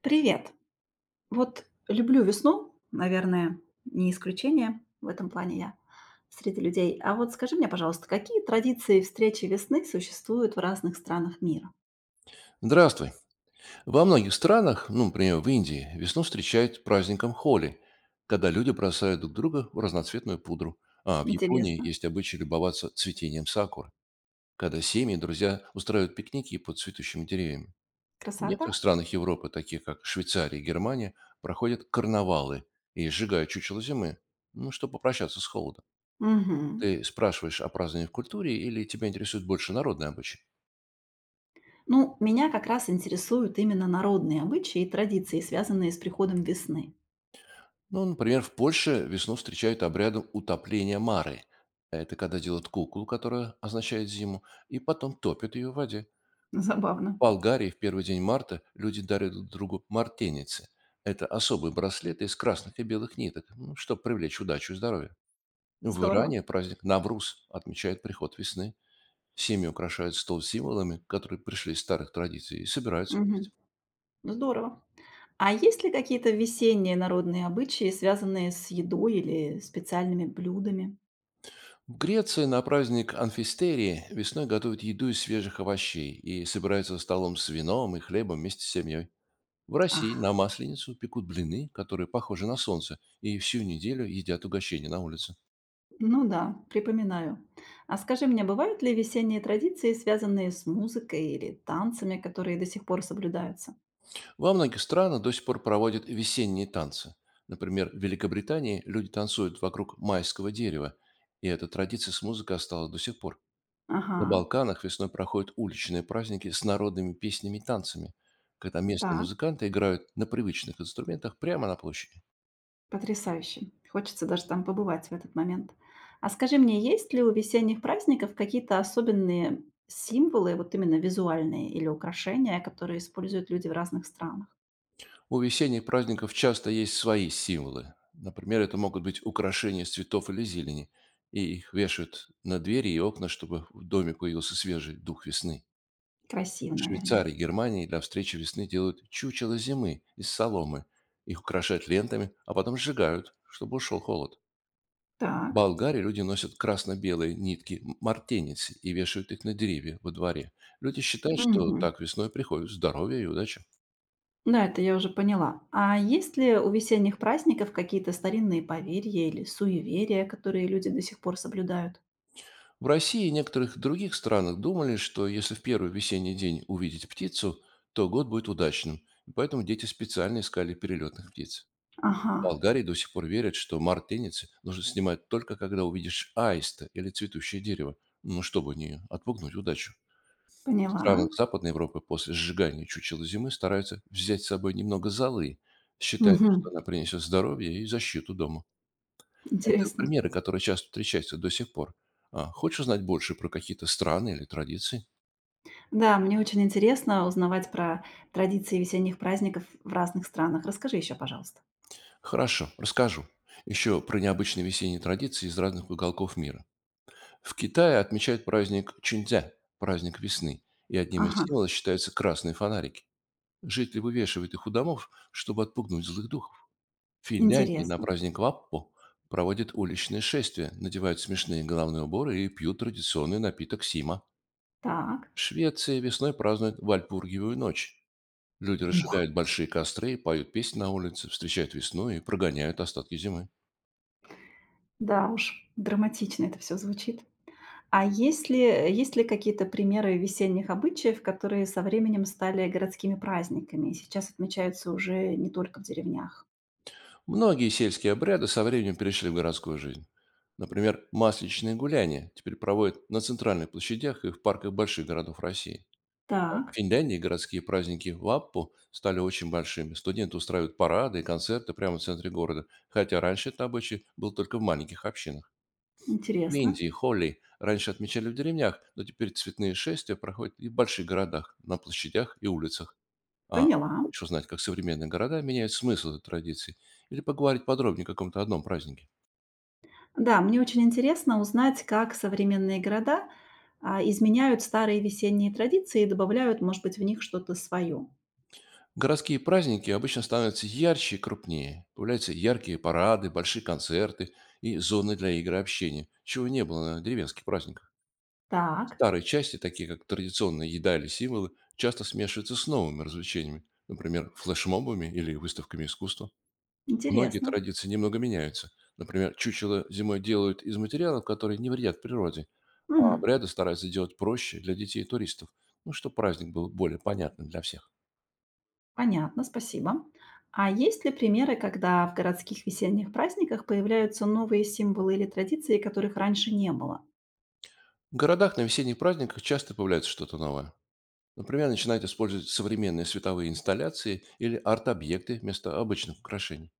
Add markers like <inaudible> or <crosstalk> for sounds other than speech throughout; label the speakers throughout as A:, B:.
A: Привет. Вот люблю весну, наверное, не исключение в этом плане я среди людей. А вот скажи мне, пожалуйста, какие традиции встречи весны существуют в разных странах мира?
B: Здравствуй. Во многих странах, например, в Индии, весну встречают праздником Холи, когда люди бросают друг друга в разноцветную пудру. А в Японии
A: Интересно.
B: есть обычай любоваться цветением сакуры, когда семьи и друзья устраивают пикники под цветущими деревьями. В
A: Красота?
B: некоторых странах Европы, таких как Швейцария и Германия, проходят карнавалы и сжигают чучело зимы, ну, чтобы попрощаться с холодом.
A: Мгм.
B: Ты спрашиваешь о праздновании в культуре или тебя интересует больше народные обычаи?
A: Ну, меня как раз интересуют именно народные обычаи и традиции, связанные с приходом весны.
B: Ну, Например, в Польше весну встречают обрядом утопления Мары. Это когда делают куклу, которая означает зиму, и потом топят ее в воде.
A: <laughs> Забавно.
B: В Болгарии в первый день марта люди дарят друг другу мартеницы. Это особые браслеты из красных и белых ниток, чтобы привлечь удачу и здоровье. В
A: Здорово.
B: Иране праздник Навруз отмечает приход весны. Семьи украшают стол символами, которые пришли из старых традиций, и собираются вместе.
A: Мгм. Здорово. А есть ли какие-то весенние народные обычаи, связанные с едой или специальными блюдами?
B: В Греции на праздник Анфистерии весной готовят еду из свежих овощей и собираются за столом с вином и хлебом вместе с семьей. В России
A: Ах,
B: на Масленицу пекут блины, которые похожи на солнце, и всю неделю едят угощения на улице.
A: ну да, припоминаю. А скажи мне, бывают ли весенние традиции, связанные с музыкой или танцами, которые до сих пор соблюдаются?
B: Во многих странах до сих пор проводят весенние танцы. Например, в Великобритании люди танцуют вокруг майского дерева, и эта традиция с музыкой осталась до сих пор.
A: Ага,
B: На Балканах весной проходят уличные праздники с народными песнями и танцами, когда местные
A: так,
B: музыканты играют на привычных инструментах прямо на площади.
A: потрясающе. Хочется даже там побывать в этот момент. А скажи мне, есть ли у весенних праздников какие-то особенные символы, вот именно визуальные или украшения, которые используют люди в разных странах?
B: У весенних праздников часто есть свои символы. Например, это могут быть украшения из цветов или зелени, и их вешают на двери и окна, чтобы в доме появился свежий дух весны.
A: Красиво,
B: В
A: наверное.
B: Швейцарии и Германии для встречи весны делают чучело зимы из соломы. Их украшают лентами, а потом сжигают, чтобы ушел холод.
A: Так.
B: Болгарии люди носят красно-белые нитки мартеницы и вешают их на деревья во дворе. Люди считают, что
A: Мгм.
B: так весной приходит здоровье и удача.
A: Да, это я уже поняла. А есть ли у весенних праздников какие-то старинные поверья или суеверия, которые люди до сих пор соблюдают?
B: В России и некоторых других странах думали, что если в первый весенний день увидеть птицу, то год будет удачным, и поэтому дети специально искали перелетных птиц.
A: Ага,
B: В Болгарии до сих пор верят, что мартеницы нужно снимать только когда увидишь аиста или цветущее дерево, ну, чтобы не отпугнуть удачу. В
A: поняла.
B: странах Западной Европы после сжигания чучела зимы стараются взять с собой немного золы, считая, что
A: Мгм.
B: она принесет здоровье и защиту дома. Это
A: Интересно.
B: примеры, которые часто встречаются до сих пор. А, хочешь узнать больше про какие-то страны или традиции?
A: Да, мне очень интересно узнавать про традиции весенних праздников в разных странах. Расскажи еще, пожалуйста.
B: Хорошо, расскажу. Еще про необычные весенние традиции из разных уголков мира. В Китае отмечают праздник Чунцзя, праздник весны, и одним из
A: Ага,
B: символов считаются красные фонарики. Жители вывешивают их у домов, чтобы отпугнуть злых духов. В Финляндии на
A: интересно.
B: праздник Ваппу проводят уличные шествия, надевают смешные головные уборы и пьют традиционный напиток сима.
A: Так.
B: Швеция весной празднует Вальпургиевую ночь. Люди
A: Ух,
B: разжигают большие костры, поют песни на улице, встречают весну и прогоняют остатки зимы.
A: да уж, драматично это все звучит. А есть ли, есть ли какие-то примеры весенних обычаев, которые со временем стали городскими праздниками и сейчас отмечаются уже не только в деревнях?
B: Многие сельские обряды со временем перешли в городскую жизнь. Например, масличные гуляния теперь проводят на центральных площадях и в парках больших городов России. В
A: Так,
B: Финляндии городские праздники Ваппу стали очень большими. Студенты устраивают парады и концерты прямо в центре города, хотя раньше этот обычай был только в маленьких общинах. В
A: интересно.
B: Индии Холли раньше отмечали в деревнях, но теперь цветные шествия проходят и в больших городах, на площадях и улицах. А
A: Поняла.
B: хочешь узнать, как современные города меняют смысл этой традиции? Или поговорить подробнее о каком-то одном празднике?
A: Да, мне очень интересно узнать, как современные города изменяют старые весенние традиции и добавляют, может быть, в них что-то свое.
B: Городские праздники обычно становятся ярче и крупнее. Появляются яркие парады, большие концерты и зоны для игр и общения, чего не было на деревенских праздниках.
A: Так,
B: Старые части, такие как традиционная еда или символы, часто смешиваются с новыми развлечениями, например, флешмобами или выставками искусства. Многие
A: интересно.
B: традиции немного меняются. Например, чучело зимой делают из материалов, которые не вредят природе, а
A: Мгм.
B: обряды стараются делать проще для детей и туристов, ну, чтобы праздник был более понятным для всех.
A: Понятно, спасибо. А есть ли примеры, когда в городских весенних праздниках появляются новые символы или традиции, которых раньше не было?
B: В городах на весенних праздниках часто появляется что-то новое. Например, начинают использовать современные световые инсталляции или арт-объекты вместо обычных украшений.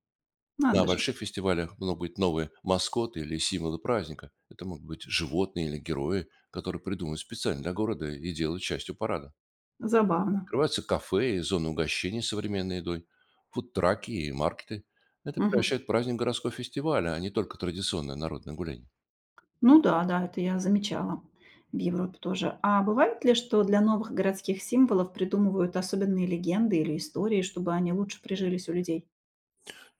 B: На
A: Надо же,
B: больших фестивалях могут быть новые маскоты или символы праздника. Это могут быть животные или герои, которые придуманы специально для города и делают частью парада.
A: забавно.
B: Открываются кафе и зоны угощений с современной едой, фудтраки и маркеты. Это
A: Мгм.
B: превращает праздник в городской фестиваль, а не только традиционное народное гуляние.
A: Ну да, да, это я замечала в Европе тоже. А бывает ли, что для новых городских символов придумывают особенные легенды или истории, чтобы они лучше прижились у людей?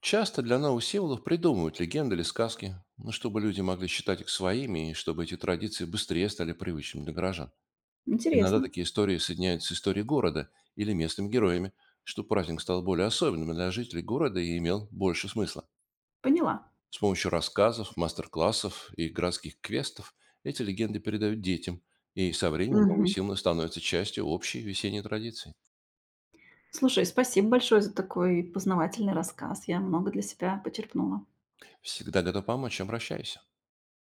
B: Часто для новых символов придумывают легенды или сказки, чтобы люди могли считать их своими и чтобы эти традиции быстрее стали привычными для горожан. Иногда
A: Интересно.
B: такие истории соединяются с историей города или местными героями, что праздник стал более особенным для жителей города и имел больше смысла.
A: Поняла.
B: С помощью рассказов, мастер-классов и городских квестов эти легенды передают детям, и со временем новые
A: Мгм.
B: символы становятся частью общей весенней традиции.
A: Слушай, спасибо большое за такой познавательный рассказ. Я много для себя почерпнула.
B: Всегда готов помочь, обращайся.